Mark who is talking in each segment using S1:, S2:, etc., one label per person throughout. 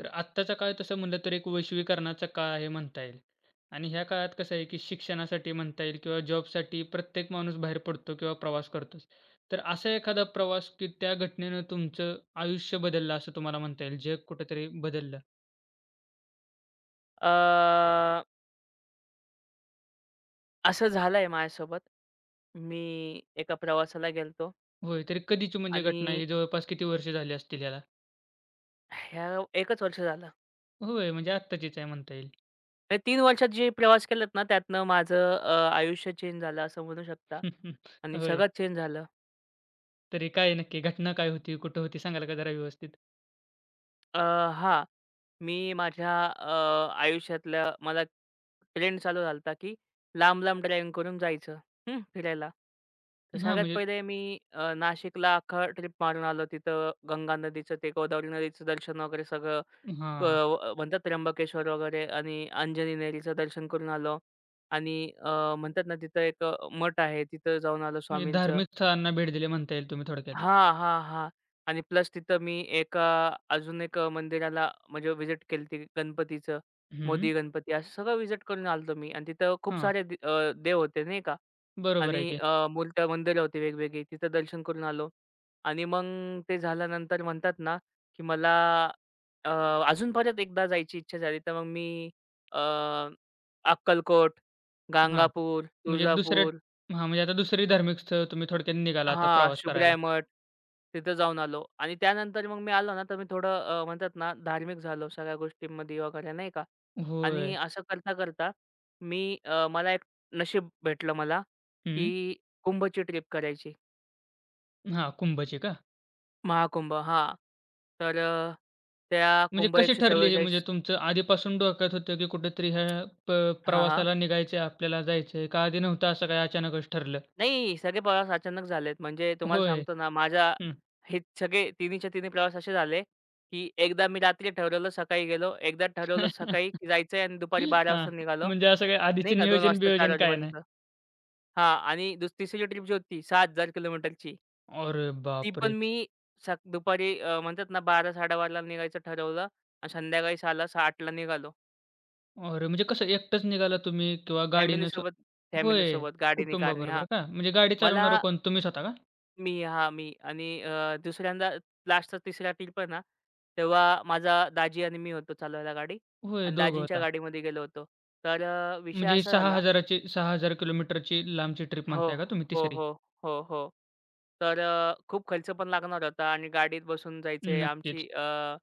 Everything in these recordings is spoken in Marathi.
S1: तर आत्ताचा काळ तसं म्हणलं तर एक वैश्वीकरणाचा काळ आहे म्हणता येईल. आणि ह्या काळात कसं आहे, की शिक्षणासाठी म्हणता येईल किंवा जॉबसाठी प्रत्येक माणूस बाहेर पडतो किंवा प्रवास करतोच. तर असा एखादा प्रवास, की त्या घटनेनं तुमचं आयुष्य बदललं असं तुम्हाला म्हणता येईल, जग कुठेतरी बदललं?
S2: अ, असं झालंय माझ्यासोबत. मी एका प्रवासाला गेलो
S1: होय, तर कधीची म्हणजे
S2: आणि
S1: घटना आहे? जवळपास किती वर्ष झाली असतील याला?
S2: ह्या 1च वर्ष झालं.
S1: होय, म्हणजे आत्ताचीच आहे म्हणता येईल.
S2: हे 3 वर्षात जे प्रवास केलेत ना, त्यातनं माझं आयुष्य चेंज झालं असं म्हणू शकता आणि
S1: होय.
S2: सगळं चेंज झालं.
S1: तरी काय नक्की घटना काय होती? कुठं होती? सांगाल का जरा व्यवस्थित?
S2: अ, हां. मी माझ्या आयुष्यातल्या मला ट्रेंड चालू झाला की लांब-लांब ड्रायव्हिंग करून जायचं, फिरायला. तर
S1: हां,
S2: सगळ्यात
S1: म्हणजे
S2: पहिले मी नाशिकला अख्खा ट्रिप मारून आलो. तिथं गंगा नदीचं ते गोदावरी नदीचं दर्शन वगैरे सगळं
S1: हां,
S2: म्हणतात त्र्यंबकेश्वर वगैरे आणि अंजनी नेरीचं दर्शन करून आलो आणि म्हणतात ना, तिथं एक मठ आहे, तिथं जाऊन आलो
S1: म्हणजे
S2: स्वामींचं.
S1: धार्मिक स्थळांना भेट दिली म्हणता येईल तुम्ही थोडक्यात.
S2: हां, हां, हां. आणि प्लस तिथं मी एका अजून एक मंदिराला म्हणजे व्हिजिट केलती गणपतीचं.
S1: हं,
S2: मोदी गणपती असं सगळं व्हिजिट करून आलतो मी आणि तिथं खूप
S1: हां.
S2: सारे देव होते नाही का.
S1: बरोबर आहे
S2: आणि
S1: की.
S2: मूर्त्या मंदिरं होती वेगवेगळी. तिथं दर्शन करून आलो आणि मग ते झाल्यानंतर म्हणतात ना, की मला अ, अजून परत एकदा जायची इच्छा झाली. तर मग मी अ, अक्कलकोट,
S1: हां,
S2: गाणगापूर,
S1: म्हणजे दुसऱ्या
S2: तुळजापूर,
S1: हां, म्हणजे आता दुसरी धार्मिक स्थळ तुम्ही थोडक्यात निघाला आता
S2: हां,
S1: प्रवास करायला.
S2: शुभराय मठ. तिथं जाऊन आलो आणि त्यानंतर मग मी आलो ना, तर मी थोडं म्हणतात ना, धार्मिक झालो सगळ्या गोष्टींमध्ये वगैरे नाही का. आणि
S1: होय.
S2: असं करता-करता मी मला एक नशीब भेटलं मला,
S1: हं.
S2: की कुंभची ट्रिप करायची.
S1: हां, कुंभची का?
S2: महाकुंभ हां. तर त्या
S1: म्हणजे
S2: कुंभ
S1: कशी ठरली हे म्हणजे
S2: 144
S1: तुमचं आधीपासून डोक्यात होतं की कुठेतरी ह्या प
S2: हां, हां.
S1: प्रवासाला निघायचं आहे, आपल्याला जायचं आहे का आधी नव्हतं असं काय अचानकच ठरलं?
S2: नाही, सगळे प्रवास अचानक झालेत. म्हणजे तुम्हाला
S1: होय.
S2: सांगतो ना, माझ्या
S1: हं.
S2: हे सगळे तिन्हीच्या तिन्ही प्रवास असे झाले, की एकदा मी रात्री ठरवलं सकाळी गेलो, एकदा ठरवलं सकाळी की
S1: हां,
S2: जायचंय आणि दुपारी 12 वाजता निघालो.
S1: म्हणजे असं काय
S2: नाही
S1: आधीचं
S2: का 2 वाजता 4
S1: नियोजन-बियोजन काय नाही?
S2: वाजेपर्यंत. हां आणि तिसरी ट्रिप जी होती 6,000 किलोमीटरची.
S1: अरे
S2: ती पण
S1: बापरे!
S2: मी दुपारी म्हणतात ना 12-12:30ला निघायचं ठरवलं आणि संध्याकाळी 6ला 8ला निघालो.
S1: अरे म्हणजे कसं एकटंच निघाला तुम्ही किंवा गाडीने स्व
S2: फॅमिलीसोबत
S1: होय,
S2: फॅमिलीसोबत गाडीने, कारने. हां.
S1: कुटुंबाबरोबर का? म्हणजे गाडी
S2: मला
S1: चालवणारं कोण तुम्ही स्वतः का?
S2: मी हां, मी आणि अ, दुसऱ्यांदा लास्टचा तिसरा ट्रिप आहे ना, तेव्हा माझा दाजी आणि मी होतो चालवायला गाडी
S1: होय,
S2: आणि
S1: दोघं
S2: दाजींच्या
S1: होता.
S2: गाडीमध्ये गेलो होतो. तर विषय
S1: म्हणजे
S2: असा झाला.
S1: 6,000 ची 6,000 किलोमीटरची लांबची ट्रिप
S2: हो,
S1: म्हणताय का तुम्ही
S2: हो,
S1: तिसरी?
S2: हो, हो, हो. तर खूप खर्च पण लागणार होता आणि गाडीत बसून जायचे.
S1: नक्कीच.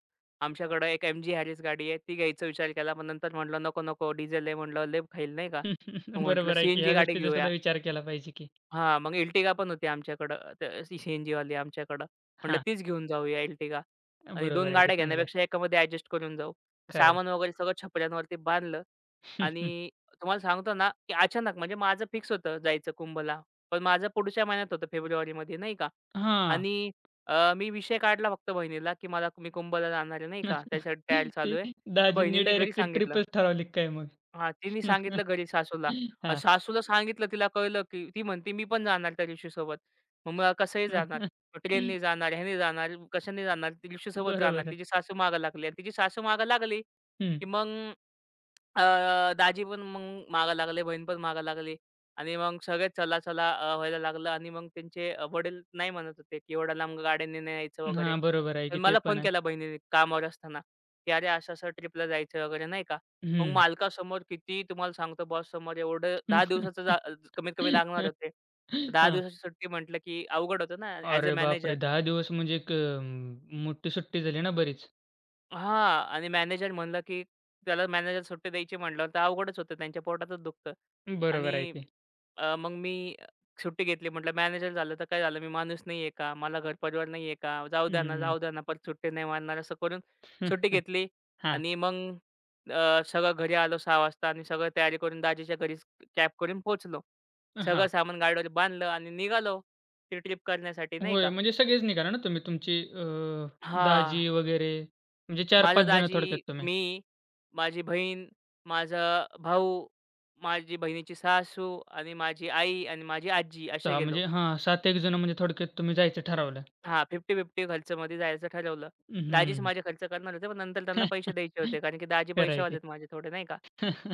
S2: आमच्याकडं एक एम-जी हॅरिस गाडी आहे. ती घ्यायचा विचार केला. पण नंतर म्हटलं, "नको, नको, डिझेल आहे." म्हटलं, "लय खाईल," नाही का? मग म्हटलं,
S1: बरोबर आहे की
S2: सी
S1: ह्या
S2: गाडी
S1: गोष्टीचा
S2: घेऊया."
S1: सुद्धा विचार केला पाहिजे की
S2: हां, मग Ertiga पण होती आमच्याकडं, तर सीएनजीवाली आमच्याकडं. म्हटलं
S1: हां,
S2: तीच घेऊन जाऊया Ertiga आणि
S1: बरोबर
S2: 2
S1: आहे की
S2: गाड्या
S1: चांगलं
S2: घेण्यापेक्षा
S1: आहे.
S2: एकामध्ये ॲडजस्ट करून जाऊ.
S1: खरं आहे.
S2: सामान वगैरे सगळं छपऱ्यांवरती बांधलं आणि तुम्हाला सांगतो ना, की अचानक म्हणजे माझं फिक्स होतं जायचं कुंभला. पण माझं पुढच्या महिन्यात होतं फेब्रुवारीमध्ये नाही का.
S1: हां.
S2: आणि मी विषय काढला फक्त बहिणीला, की मला मी कुंभला जाणार आहे नाही का, त्याच्यासाठी तयारी चालू
S1: ते
S2: आहे. तर
S1: दाजींनी
S2: बहिणीने घरी
S1: डायरेक्ट
S2: सांगितलं.
S1: ट्रिपच ठरवली काय मग?
S2: हां, तिने सांगितलं घरी सासूला.
S1: हां.
S2: सासूला सांगितलं तिला कळलं, की ती म्हणते, "मी पण जाणार त्या ऋषीसोबत." मग मला कसंही जाणार. मग जाणार, ह्याने जाणार, कशाने जाणार? ती ऋषीसोबत
S1: बरोबर
S2: जाणार.
S1: आहे.
S2: तिची सासू मागं लागली आणि तिची सासू मागं लागली,
S1: हं.
S2: की मग अ, दाजी पण मग मागं लागले, बहीण पण मागं लागली आणि मग सगळेच चला-चला व्हायला लागलं आणि मग त्यांचे वडील नाही म्हणत होते, की एवढ्या लांब गाड्यांनी नाही यायचं वगैरे.
S1: हां, बरोबर आहे
S2: पण
S1: की ते
S2: मला
S1: पण
S2: फोन
S1: आहे.
S2: केला बहिणीने कामावर असताना, की "अरे, असं-असं ट्रिपला जायचं वगैरे," नाही का? मग
S1: हं.
S2: मालकासमोर किती तुम्हाला सांगतो बॉससमोर एवढं 10 दिवसाचं जा कमीत कमी लागणार होते. 10
S1: हां.
S2: दिवसाची सुट्टी म्हटलं, की अवघड होतं ना ॲज अ
S1: अरे
S2: मॅनेजर.
S1: बापरे! 10 दिवस म्हणजे एक मोठी सुट्टी झाली ना बरीच.
S2: हां. आणि मॅनेजर म्हणलं, की त्याला मॅनेजर सुट्टी द्यायची म्हटल्यावर तर अवघडच होतं. त्यांच्या पोटातच दुखतं.
S1: बरोबर आहे
S2: आणि
S1: की.
S2: मग मी सुट्टी घेतली. म्हटलं मॅनेजर झालं तर काय झालं? मी माणूस नाहीये का? मला घरपरिवार नाहीये का? जाऊ
S1: हं,
S2: द्या ना,
S1: हं.
S2: जाऊ द्या ना, परत सुट्टी नाही मारणार असं करून सुट्टी घेतली
S1: हां.
S2: आणि मग सगळं घरी आलो 6:00 वाजता आणि सगळं तयारी करून दाजीच्या घरीच कॅब करून पोहोचलो. सगळं
S1: हां.
S2: सामान गाडीवर बांधलं आणि निघालो ती ट्रिप करण्यासाठी नाही
S1: होय,
S2: का.
S1: म्हणजे सगळेच निघाला ना तुम्ही तुमची
S2: हां,
S1: दाजी वगैरे म्हणजे चार
S2: माझं
S1: 5 जण
S2: दाजी,
S1: थोडक्यात तुम्ही.
S2: मी, माझी बहीण, माझा भाऊ, माझी बहिणीची सासू आणि माझी आई आणि माझी आजी असे
S1: 6
S2: गेलो.
S1: म्हणजे हां, 7-8 जण म्हणजे थोडक्यात तुम्ही जायचं ठरवलं.
S2: हां, 50-50 खर्चमध्ये जायचं ठरवलं. दाजीच
S1: हं.
S2: माझे खर्च करणार होते, पण नंतर त्यांना पैसे द्यायचे होते. कारण
S1: खरं
S2: की दाजी
S1: आहे
S2: पैसेवाले
S1: की.
S2: आहेत माझे थोडे नाही का.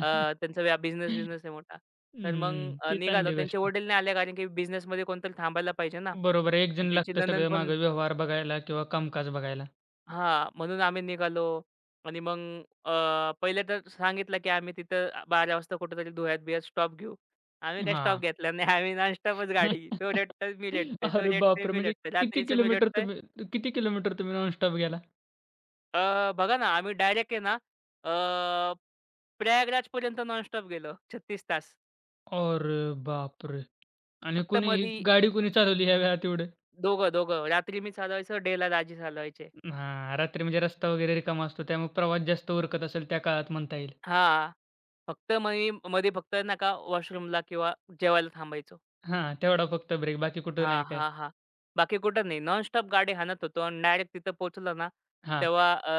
S2: अ, त्यांचा व्या बिझनेस बिझनेस आहे मोठा. तर मग
S1: हं, ती
S2: निघालो.
S1: चांगली गोष्ट
S2: त्यांचे
S1: आहे.
S2: वडील नाही आले कारण की बिझनेसमध्ये कोणतरी थांबायला पाहिजे ना.
S1: बरोबर आहे. 1
S2: आणि
S1: जण
S2: त्यांची
S1: लागतं
S2: नणंद
S1: सगळं
S2: पण
S1: मागं व्यवहार बघायला किंवा कामकाज बघायला.
S2: हां, म्हणून आम्ही निघालो आणि मग पहिले तर सांगितलं की आम्ही तिथं 12 वाजता कुठेतरी धुळ्यात-बिळ्यात स्टॉप घेऊ. आम्ही काही स्टॉप
S1: हां.
S2: घेतला नाही. आम्ही नॉनस्टॉपच गाडी. तो रडतोय, मी रडतोय. तो
S1: अरे
S2: रडतोय,
S1: बापरे!
S2: मी
S1: म्हणजे
S2: रडतोय.
S1: किती
S2: रात्रीचं मी
S1: किलोमीटर
S2: रडतोय.
S1: तुम्ही किती किलोमीटर तुम्ही नॉनस्टॉप गेला?
S2: बघा ना, आम्ही डायरेक्ट आहे ना, अ, प्रयागराजपर्यंत नॉनस्टॉप गेलो 36 तास.
S1: अरे बापरे! आणि
S2: फक्त
S1: कोणी ही
S2: मधी
S1: गाडी कोणी चालवली ह्या वेळात एवढं?
S2: दोघं, दोघं. रात्री मी चालवायचो, डेला दाजी चालवायचे.
S1: हां, रात्री म्हणजे रस्ता वगैरे रिकामा असतो त्यामुळे प्रवास जास्त उरकत असेल त्या काळात म्हणता येईल.
S2: हां. फक्त मधी फक्त ना का वॉशरूमला किंवा जेवायला थांबायचो.
S1: हां, तेवढा फक्त ब्रेक बाकी कुठं
S2: हां,
S1: नाही काय.
S2: हां, हां. बाकी कुठं नाही. नॉनस्टॉप गाडी हाणत होतो आणि डायरेक्ट तिथं पोहोचलो ना,
S1: हां.
S2: तेव्हा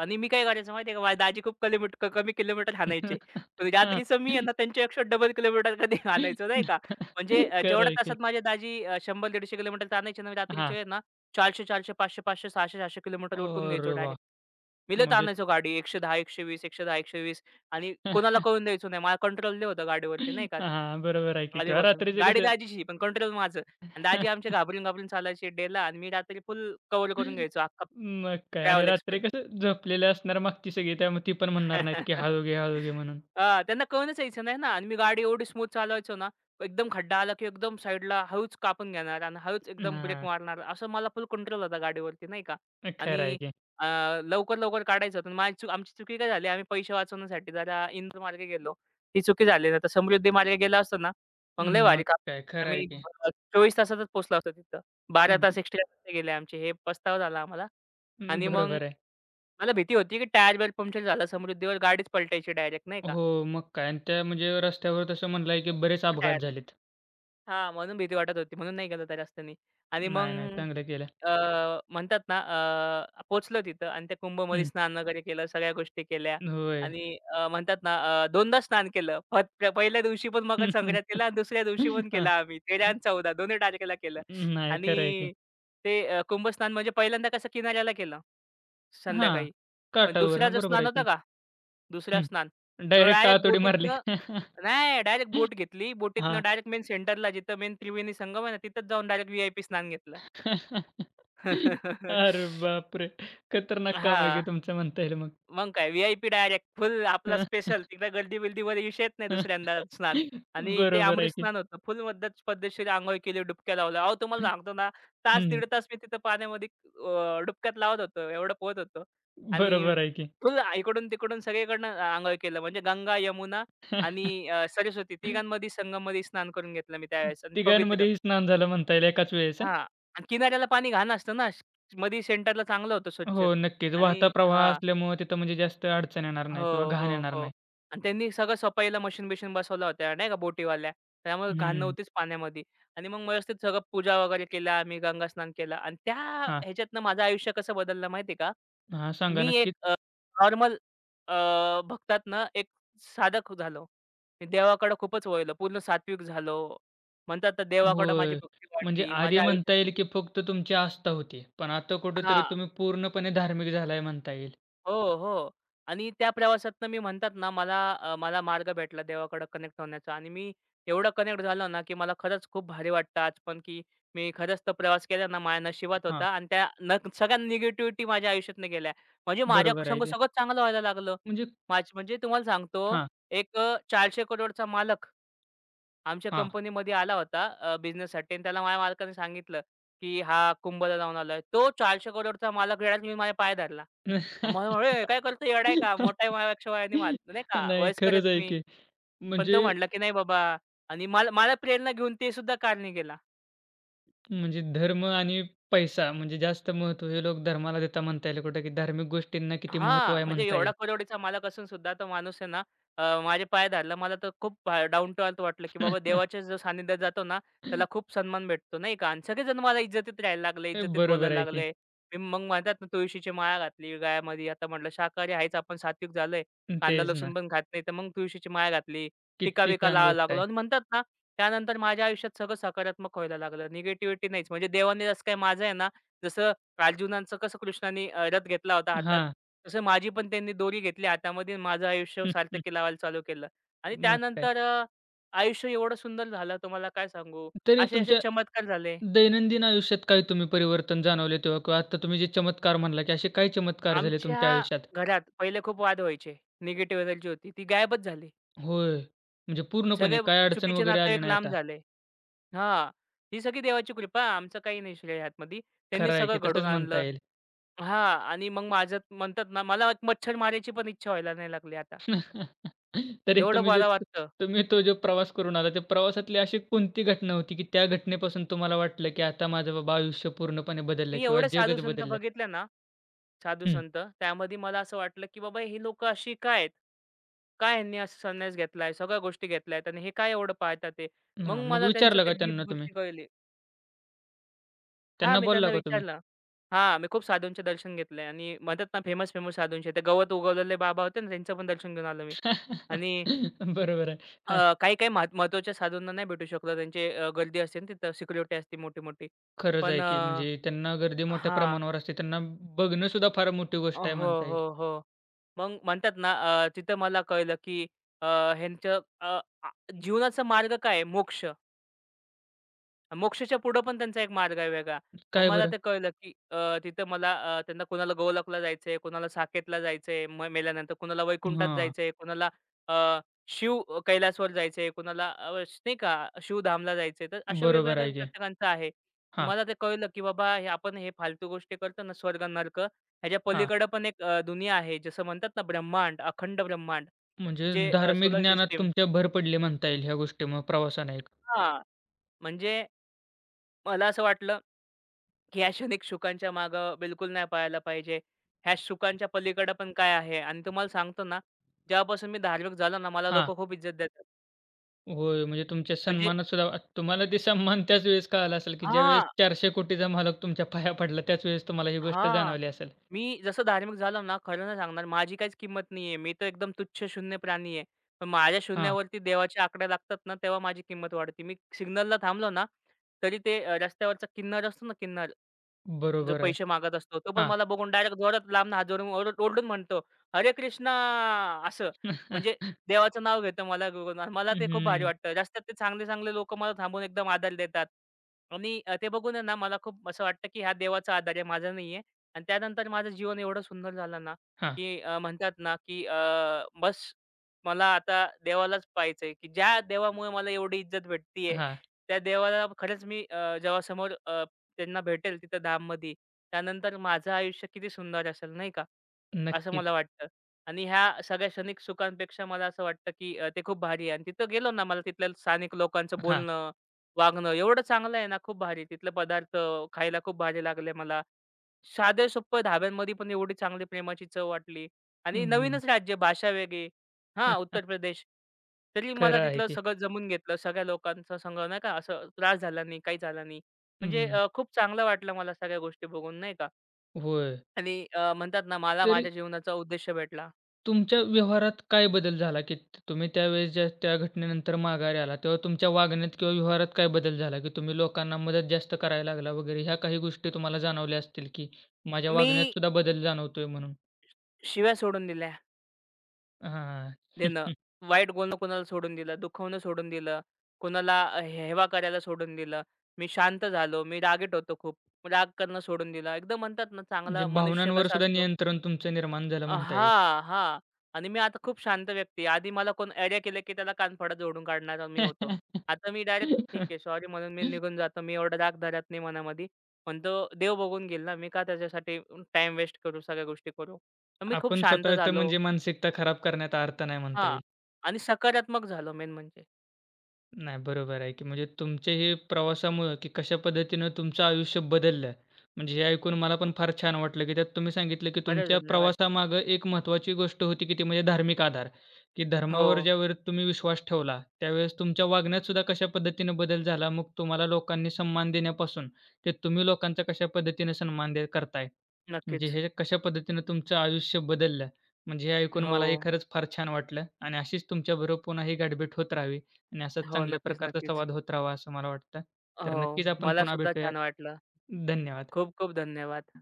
S2: आणि मी काय करायचो माहिती का? माझे दाजी खूप किलोमीट क कमी किलोमीटर हाणायचे. पण
S1: हां.
S2: रात्रीचं मी आहे ना त्यांच्यापेक्षा डबल किलोमीटर कधी हाणायचो नाही का? म्हणजे
S1: खरं
S2: जेवढ्या
S1: आहे की.
S2: तासात माझे दाजी 100-150 किलोमीटर आणायचे ना, मी रात्रीचे
S1: हां.
S2: आहे ना 400-400, 500-500, 600-600 किलोमीटर उडकून घ्यायचो
S1: अरे वाह!
S2: डायरेक्ट. मी लयच
S1: म्हणजे
S2: आणायचो गाडी 110, 120, 110, 120 आणि कोणाला कळून द्यायचो नाही. मला कंट्रोल होतं गाडीवरती नाही का?
S1: हां, बरोबर आहे की किंवा
S2: आधीपासून.
S1: रात्रीचं
S2: गाडी
S1: कसं
S2: दाजीची पण कंट्रोल माझं. आणि दाजी आमचे घाबरून घाबरून चालायचे डेला आणि मी रात्री फुल कव्हर करून घ्यायचो अख्खा
S1: मग काय आणि
S2: ट्रॅव्हल
S1: रात्री
S2: एक्सपेन्स.
S1: कसं झोपलेले असणार मागची सगळी त्यामुळे ती पण म्हणणार नाहीत, की हळू घे, हळू घे म्हणून.
S2: हां, त्यांना कळूनच यायचं नाही ना आणि मी गाडी एवढी स्मूथ चालवायचो ना, एकदम खड्डा आला की एकदम साईडला हळूच कापून घेणार आणि हळूच एकदम ब्रेक
S1: हां,
S2: मारणार. असं मला फुल कंट्रोल होता गाडीवरती नाही का.
S1: खरं आहे
S2: आणि
S1: की.
S2: अ, लवकर-लवकर काढायचं होतं. माझी चूक आमची चुकी काय झाली, आम्ही पैसे वाचवण्यासाठी जरा इंदूरमार्गे गेलो. ही चुकी झाली नाहीतर समृद्धी मार्गे गेला असतो ना, मग लय भारी
S1: मग
S2: काम
S1: काय खरं आहे
S2: आम्ही
S1: की.
S2: 24 तासातच पोहोचलो असतो तिथं. 12 तास एक्स्ट्रा गेले आमचे. हे पस्तावा झाला आम्हाला.
S1: हं,
S2: आणि मग
S1: बरोबर आहे.
S2: मला भीती होती, की टायर बियर पंक्चर झाला समृद्धीवर गाडीच पलटायची डायरेक्ट नाही का.
S1: हो, मग काय आणि त्या म्हणजे रस्त्यावर तसं म्हणलाय, की बरेच अपघात
S2: टायर
S1: झालेत.
S2: हां, म्हणून भीती वाटत होती. म्हणून नाही गेलो त्या रस्त्यानी. आणि
S1: नाही, नाही,
S2: मग
S1: चांगलं केलं.
S2: अ, म्हणतात ना अ, पोहोचलो तिथं आणि त्या कुंभमध्ये
S1: हं,
S2: स्नान वगैरे केलं, सगळ्या गोष्टी केल्या
S1: होय.
S2: आणि अ, म्हणतात ना अ, 2दा स्नान केलं. पहिल्या दिवशी पण मकर संक्रांतीला आणि दुसऱ्या दिवशी पण
S1: हां,
S2: केलं आम्ही. 13 आणि 14 दोन्ही तारखेला केलं.
S1: नाही खरं आहे की.
S2: आणि ते कुंभस्नान म्हणजे पहिल्यांदा कसं किनाऱ्याला केलं
S1: हां,
S2: संध्याकाळी. पण
S1: काठावर.
S2: दुसरा
S1: हां,
S2: जो
S1: बरोबर
S2: स्नान
S1: आहे
S2: होता
S1: की.
S2: का दुसरं
S1: हं,
S2: स्नान. तो
S1: डायरेक्ट
S2: डायरेक्ट
S1: आत उडी मारली.
S2: बोटीतनं नाही डायरेक्ट बोट घेतली. बोटीतनं
S1: हां.
S2: डायरेक्ट मेन सेंटरला जिथं मेन त्रिवेणी संगम आहे ना, तिथेच जाऊन डायरेक्ट व्ही-आय-पी स्नान घेतलं.
S1: अरे बापरे! खतरनाक काम आहे की
S2: हां.
S1: तुमचं म्हणता येईल मग.
S2: मग काय डायरेक्ट फुल आपला स्पेशल. तिकडे गर्दी-बिर्दीमध्ये विषय येत नाही दुसऱ्यांदा स्नान. आणि ते
S1: बरोबर
S2: अमृत
S1: आहे की.
S2: स्नान होतं. फुल मधनच पद्धतशीर अंघोळ केली, डुबक्या लावल्या. अहो तुम्हाला सांगतो ना, तास
S1: हं,
S2: दीड तास मी तिथं पाण्यामध्ये डुबक्यात लावत होतो. एवढं पोहत होतो आणि
S1: बरोबर आहे की.
S2: फुल इकडून-तिकडून सगळीकडनं केलं. म्हणजे गंगा, यमुना आणि सरस्वती तिघांमध्ये संगममध्ये स्नान करून घेतलं मी त्यावेळेस आणि पवित्र.
S1: तिघांमध्येही स्नान झालं म्हणता येईल एकाच वेळेस.
S2: हां. आणि किनाऱ्याला पाणी घाण असतं ना. मध्ये सेंटरला चांगलं होतं स्वच्छ.
S1: हो, नक्कीच. वाहता
S2: आणि
S1: प्रवाह
S2: हां.
S1: असल्यामुळं तिथं म्हणजे जास्त अडचण येणार नाही किंवा
S2: हो,
S1: घाण
S2: हो,
S1: येणार
S2: हो.
S1: नाही.
S2: आणि त्यांनी सगळं सफाईला मशीन-बिशीन बसवल्या होत्या नाही का बोटीवाल्या. त्यामुळे घाण
S1: हं.
S2: नव्हतीच पाण्यामध्ये. आणि मग व्यवस्थित सगळं पूजा वगैरे केल्या आम्ही, गंगास्नान केलं आणि त्या
S1: हां.
S2: ह्याच्यातनं माझं आयुष्य कसं बदललं माहिती आहे का?
S1: हां, सांगा
S2: मी एक
S1: नक्कीच.
S2: नॉर्मल अ, भक्तातनं एक साधक झालो. मी देवाकडं खूपच वळलो. पूर्ण सात्विक झालो. म्हणतात ना देवाकडं माझी
S1: होय.
S2: भक्ती
S1: म्हणजे
S2: वाढली.
S1: आधी
S2: माझ्या
S1: म्हणता येईल
S2: आयुष्यातली
S1: की फक्त तुमची आस्था होती. पण आता कुठेतरी
S2: हां.
S1: तुम्ही पूर्णपणे धार्मिक झालाय म्हणता येईल.
S2: हो, हो. आणि त्या प्रवासातनं मी म्हणतात ना, मला मार्ग भेटला देवाकडे कनेक्ट होण्याचा आणि मी एवढं कनेक्ट झालो ना, की मला खरंच खूप भारी वाटतं आज पण, की मी खरंच तो प्रवास केला ना, माझ्या नशिबात
S1: हां,
S2: होता आणि त्या न सगळ्या निगेटिव्हिटी माझ्या आयुष्यातनं गेल्या. म्हणजे माझ्या
S1: बरोबर आहे
S2: संग सगळं
S1: ते.
S2: चांगलं व्हायला लागलं.
S1: म्हणजे
S2: म्हणजे तुम्हाला सांगतो,
S1: हां,
S2: एक 400 करोडचा मालक आमच्या
S1: हां.
S2: कंपनीमध्ये आला होता बिझनेससाठी आणि त्याला माझ्या मालकाने सांगितलं, की हा कुंभला जाऊन आलाय. तो 400 करोडचा मालक रडायला मी माझे पाय धरला. मग "ए काय करतो येडा का? मोठा आहे माझ्यापेक्षा वयाने नाही का
S1: नाही,
S2: वयस्कर आहे
S1: खरंच आहे
S2: तुम्ही."
S1: की.
S2: पण तो
S1: म्हणजे
S2: म्हटला की "नाही बाबा" आणि मला मला प्रेरणा घेऊन ते सुद्धा कारने गेला.
S1: म्हणजे धर्म आणि पैसा म्हणजे जास्त महत्त्व हे लोक धर्माला देता म्हणता येईल कुठं, की धार्मिक गोष्टींना किती महत्त्व
S2: हां,
S1: आहे
S2: म्हणजे
S1: म्हणता
S2: एवढा
S1: येईल.
S2: करोडीचा मालक असून सुद्धा तो माणूस आहे ना, माझे पाय धरला. मला तर खूप डाउन टू अर्थ वाटलं, की बाबा देवाच्या जो सानिध्यात जातो ना, त्याला खूप सन्मान भेटतो, नाही का? आणि सगळेजण मला इज्जतीत राहायला लागले,
S1: हे
S2: इज्जतीत
S1: बरोबर
S2: बोलायला
S1: आहे की.
S2: लागले. मी मग म्हणतात ना, तुळशीची माळा घातली गळ्यामध्ये. आता म्हटलं शाकाहारी आहेच आपण, सात्विक झालोय. कांदा
S1: तेच ना.
S2: लसूण पण खात नाही, तर मग तुळशीची माळ घातली.
S1: किती
S2: टीका-बिका
S1: छान
S2: लावायला
S1: गोष्ट
S2: लागलो
S1: आहे.
S2: आणि म्हणतात ना, त्यानंतर माझ्या आयुष्यात सगळं सकारात्मक व्हायला लागलं. निगेटिव्हिटी नाहीच. म्हणजे देवाने जसं काय माझं आहे ना, जसं अर्जुनाचं कसं कृष्णाने रथ घेतला होता हातात,
S1: हां.
S2: तसं माझी पण त्यांनी दोरी घेतली हातामध्ये आणि माझं आयुष्य सार्थकी लावायला चालू केलं. आणि
S1: मग काय.
S2: त्यानंतर आयुष्य एवढं सुंदर झालं तुम्हाला काय सांगू.
S1: तरी
S2: असे-असे
S1: तुमच्या
S2: चमत्कार झाले.
S1: दैनंदिन आयुष्यात काही तुम्ही परिवर्तन जाणवले तेव्हा किंवा आत्ता तुम्ही जे चमत्कार म्हणला, की असे काय चमत्कार झाले तुमच्या
S2: आमच्या
S1: आयुष्यात?
S2: घरात पहिले खूप वाद व्हायचे. निगेटिव्ह एनर्जी होती ती गायबच झाली.
S1: होय. म्हणजे पूर्णपणे
S2: सगळे
S1: काय अडचण
S2: चुकीचे
S1: वगैरे आली
S2: नातेवाईक
S1: नाही
S2: लांब
S1: आता.
S2: झाले. हां, ही सगळी देवाची कृपा आमचं काही नाही श्रेय ह्यातमध्ये. त्यांनी
S1: खरं आहे
S2: सगळं
S1: की तसंच
S2: घडवून
S1: म्हणता
S2: आणलं.
S1: येईल.
S2: हां आणि मग माझं म्हणतात ना मला एक मच्छर मारायची पण इच्छा व्हायला नाही लागली आता.
S1: तरी
S2: एवढं
S1: तुम्ही जे
S2: मला वाटतं.
S1: तुम्ही तो जो प्रवास करून आला, त्या प्रवासातली अशी कोणती घटना होती, की त्या घटनेपासून तुम्हाला वाटलं, की आता माझं बाबा आयुष्य पूर्णपणे बदललं
S2: मी
S1: किंवा
S2: एवढे
S1: जगच
S2: साधू-संत
S1: बदललं?
S2: बघितले ना,
S1: हं.
S2: साधू-संत त्यामध्ये मला असं वाटलं, की बाबा ही लोकं अशी का आहेत? का ह्यांनी असं संन्यास घेतलाय? सगळ्या गोष्टी घेतल्यात आणि हे काय एवढं पाळतात ते? मग
S1: हां. मग
S2: मला त्यांचं
S1: विचारलं
S2: ते
S1: का
S2: डीप
S1: त्यांना तुम्ही?
S2: गोष्टी कळली. हा
S1: त्यांना
S2: मी त्यांना
S1: बोलला का तुम्ही?
S2: विचारलं. हां, मी खूप साधूंचे दर्शन घेतले आणि म्हणतात ना फेमस-फेमस साधूंचे ते गवत उगवलेले बाबा होते ना, त्यांचं पण दर्शन घेऊन आलो मी. आणि
S1: बरोबर आहे. हां,
S2: काही-काही महत्त्वाच्या साधूंना नाही भेटू शकलो. त्यांची गर्दी असते ना तिथं सिक्युरिटी असते मोठी-मोठी.
S1: खरंच
S2: पण
S1: आहे
S2: अ
S1: की म्हणजे त्यांना गर्दी मोठ्या
S2: हां.
S1: प्रमाणावर असते. त्यांना बघणं सुद्धा फार मोठी
S2: अ,
S1: गोष्ट आहे
S2: हो,
S1: म्हणता येईल.
S2: हो, हो. मग म्हणतात ना तिथं मला कळलं, की अ, ह्यांचं अ, आ जीवनाचा मार्ग काय आहे? मोक्ष. मोक्षाच्या पुढं पण त्यांचा एक मार्ग आहे वेगळा. मग
S1: काय
S2: मला
S1: बरं?
S2: ते कळलं, की तिथं मला त्यांना कोणाला गोलकला जायचंय, कोणाला साकेतला जायचंय मेल्यानंतर, कोणाला वैकुंठात
S1: हां,
S2: जायचंय, अ, शिव कैलासवर जायचंय, नाही का शिवधामला जायचंय. तर अशा
S1: बरोबर
S2: वेगवेगळ्या
S1: आहे की.
S2: प्रत्येकांचं आहे. तर
S1: हां,
S2: मला ते कळलं, की बाबा हे आपण हे फालतू गोष्टी करतो ना स्वर्ग, नर्क ह्याच्या
S1: हां.
S2: पलीकडं पण एक दुनिया आहे. जसं म्हणतात ना ब्रह्मांड, अखंड ब्रह्मांड
S1: म्हणजे
S2: जे
S1: धार्मिक
S2: सोलर
S1: ज्ञानात
S2: सिस्टम
S1: तुमच्या भर पडली म्हणता येईल ह्या गोष्टीमुळं प्रवासाने एक.
S2: हां, म्हणजे मला असं वाटलं की ह्या क्षणिक सुखांच्या मागं बिलकुल नाही पळायला पाहिजे. ह्या सुखांच्या पलीकडे पण काय आहे? आणि तुम्हाला सांगतो ना, जेव्हापासून मी धार्मिक झालो ना, मला
S1: हां.
S2: लोकं खूप इज्जत देतात.
S1: होय, म्हणजे तुमच्या
S2: म्हणजे
S1: सन्मानात सुद्धा आ- तुम्हाला ते सन्मान त्याच वेळेस कळाला असेल, की ज्यावेळेस
S2: हां,
S1: 400 कोटीचा मालक तुमच्या पाया पडला त्याच वेळेस तुम्हाला ही गोष्ट
S2: हां.
S1: जाणवली असेल.
S2: मी जसं धार्मिक झालो ना, खरं नाही सांगणार, माझी काहीच किंमत नाही आहे. मी तर एकदम तुच्छ शून्य प्राणी आहे. पण माझ्या
S1: हां,
S2: शून्यावरती देवाचे आकडे लागतात ना, तेव्हा माझी किंमत वाढते. मी सिग्नलला थांबलो ना, तरी ते रस्त्यावरचा किन्नर असतो ना, किन्नर जो
S1: बरोबर आहे.
S2: पैसे मागत असतो. तो पण
S1: हां.
S2: मला बघून डायरेक्ट जोरात लांबनं हात जोडून ओरडून म्हणतो, "हरे कृष्णा!" असं. म्हणजे देवाचं नाव घेतो मला बघून आणि मला ते खूप भारी
S1: हं,
S2: वाटतं. रस्त्यात ते चांगले-चांगले लोकं मला थांबून एकदम आदर देतात आणि ते बघून आहे ना मला खूप असं वाटतं, की हा देवाचा आधार आहे, माझा नाही. आणि त्यानंतर माझं जीवन एवढं सुंदर झालं ना,
S1: हां,
S2: की म्हणतात ना, की बस मला आता देवालाच पाहायचंय, की ज्या देवामुळे मला एवढी इज्जत भेटतीये,
S1: हां.
S2: त्या देवाला खरंच मी जेव्हा समोर त्यांना भेटेल तिथं धाममध्ये. त्यानंतर माझं आयुष्य किती सुंदर असेल नाही का? असं
S1: नक्कीच.
S2: मला वाटतं. आणि ह्या सगळ्या क्षणिक सुखांपेक्षा मला असं वाटतं, की ते खूप भारी आहे आणि तिथं गेलो ना, मला तिथल्या स्थानिक लोकांचं
S1: हां.
S2: बोलणं, वागणं एवढं चांगलं आहे ना, खूप भारी. तिथले पदार्थ खायला खूप भारी लागले मला. साधे सोप्पं ढाब्यांमध्ये पण एवढी चांगली प्रेमाची चव वाटली आणि
S1: हं, हां,
S2: नवीनच राज्य, भाषा वेगळी. हां, उत्तर प्रदेश. तरी मला
S1: खरं आहे
S2: तिथलं
S1: की.
S2: सगळं जमून घेतलं. सगळ्या लोकांचा संग नाही का, असं त्रास झाला नाही, काही झाला नाही. म्हणजे
S1: हं,
S2: खूप चांगलं वाटलं मला सगळ्या गोष्टी बघून नाही का.
S1: होय.
S2: आणि म्हणतात ना, मला
S1: तरी
S2: माझ्या जीवनाचा उद्देश भेटला.
S1: तुमच्या व्यवहारात काय बदल झाला, की तुम्ही त्यावेळेस ज्या त्या घटनेनंतर माघारी आला, तेव्हा तुमच्या वागण्यात किंवा व्यवहारात काय बदल झाला, की तुम्ही लोकांना मदत जास्त करायला लागला वगैरे ह्या काही गोष्टी तुम्हाला जाणवल्या असतील, की माझ्या
S2: मी
S1: वागण्यात सुद्धा बदल जाणवतोय म्हणून?
S2: शिव्या सोडून दिल्या
S1: हां,
S2: देणं,
S1: हं,
S2: वाईट बोलणं कोणाला सोडून दिलं, दुखवणं सोडून दिलं, हेवा करायला सोडून दिलं. मी शांत झालो, मी रागीट होतो खूप. राग करणं सोडून दिलं. एकदम म्हणतात ना,
S1: म्हणजे
S2: चांगला मनुष्य
S1: भावनांवर
S2: कसा
S1: सुद्धा
S2: असतो
S1: नियंत्रण तुमचं निर्माण झालं म्हणता येईल.
S2: हां, हां. आणि मी आता खूप शांत व्यक्ती आहे. आधी मला कोण "अरे" केलं की त्याला कानफडा झोडून काढणारा मी होतो. आता मी डायरेक्ट "ठीक आहे, सॉरी" म्हणून मी निघून जातो. मी एवढा राग धरत नाही मनामध्ये. पण तो देव बघून घेईल ना. मी का त्याच्यासाठी टाईम वेस्ट करू, सगळ्या गोष्टी करू. तर मी खूप
S1: आपण
S2: शांत
S1: स्वतःचं
S2: झालो
S1: म्हणजे मानसिकता खराब करण्यात अर्थ नाही म्हणता
S2: हां.
S1: येईल.
S2: आणि सकारात्मक झालो मेन म्हणजे.
S1: नाही, बरोबर आहे की म्हणजे तुमच्या हे प्रवासामुळं की कशा पद्धतीनं तुमचं आयुष्य बदललं. म्हणजे हे ऐकून मला पण फार छान वाटलं, की त्यात तुम्ही सांगितलं की
S2: खरंच
S1: तुमच्या
S2: धन्यवाद.
S1: प्रवासामागं एक महत्त्वाची गोष्ट होती, की ती म्हणजे धार्मिक आधार, की
S2: हो,
S1: धर्मावर ज्यावेळेस तुम्ही विश्वास ठेवला, त्यावेळेस तुमच्या वागण्यात सुद्धा कशा पद्धतीनं बदल झाला. मग तुम्हाला लोकांनी सन्मान देण्यापासून ते तुम्ही लोकांचा कशा पद्धतीनं सन्मान दे करताय. म्हणजे
S2: नक्कीच.
S1: हे कशा पद्धतीनं तुमचं आयुष्य बदललं. म्हणजे हे ऐकून
S2: हो,
S1: मला हे खरंच फार छान वाटलं आणि अशीच तुमच्याबरोबर पुन्हा ही गाठभेट होत राहावी आणि असाच
S2: हो.
S1: चांगल्या
S2: नक्कीच,
S1: प्रकारचा
S2: नक्कीच.
S1: संवाद होत राहावा असं मला वाटतं.
S2: हो,
S1: तर नक्कीच आपण
S2: मला
S1: पुन्हा
S2: सुद्धा
S1: भेटूयात.
S2: छान वाटलं.
S1: धन्यवाद.
S2: खूप खूप धन्यवाद.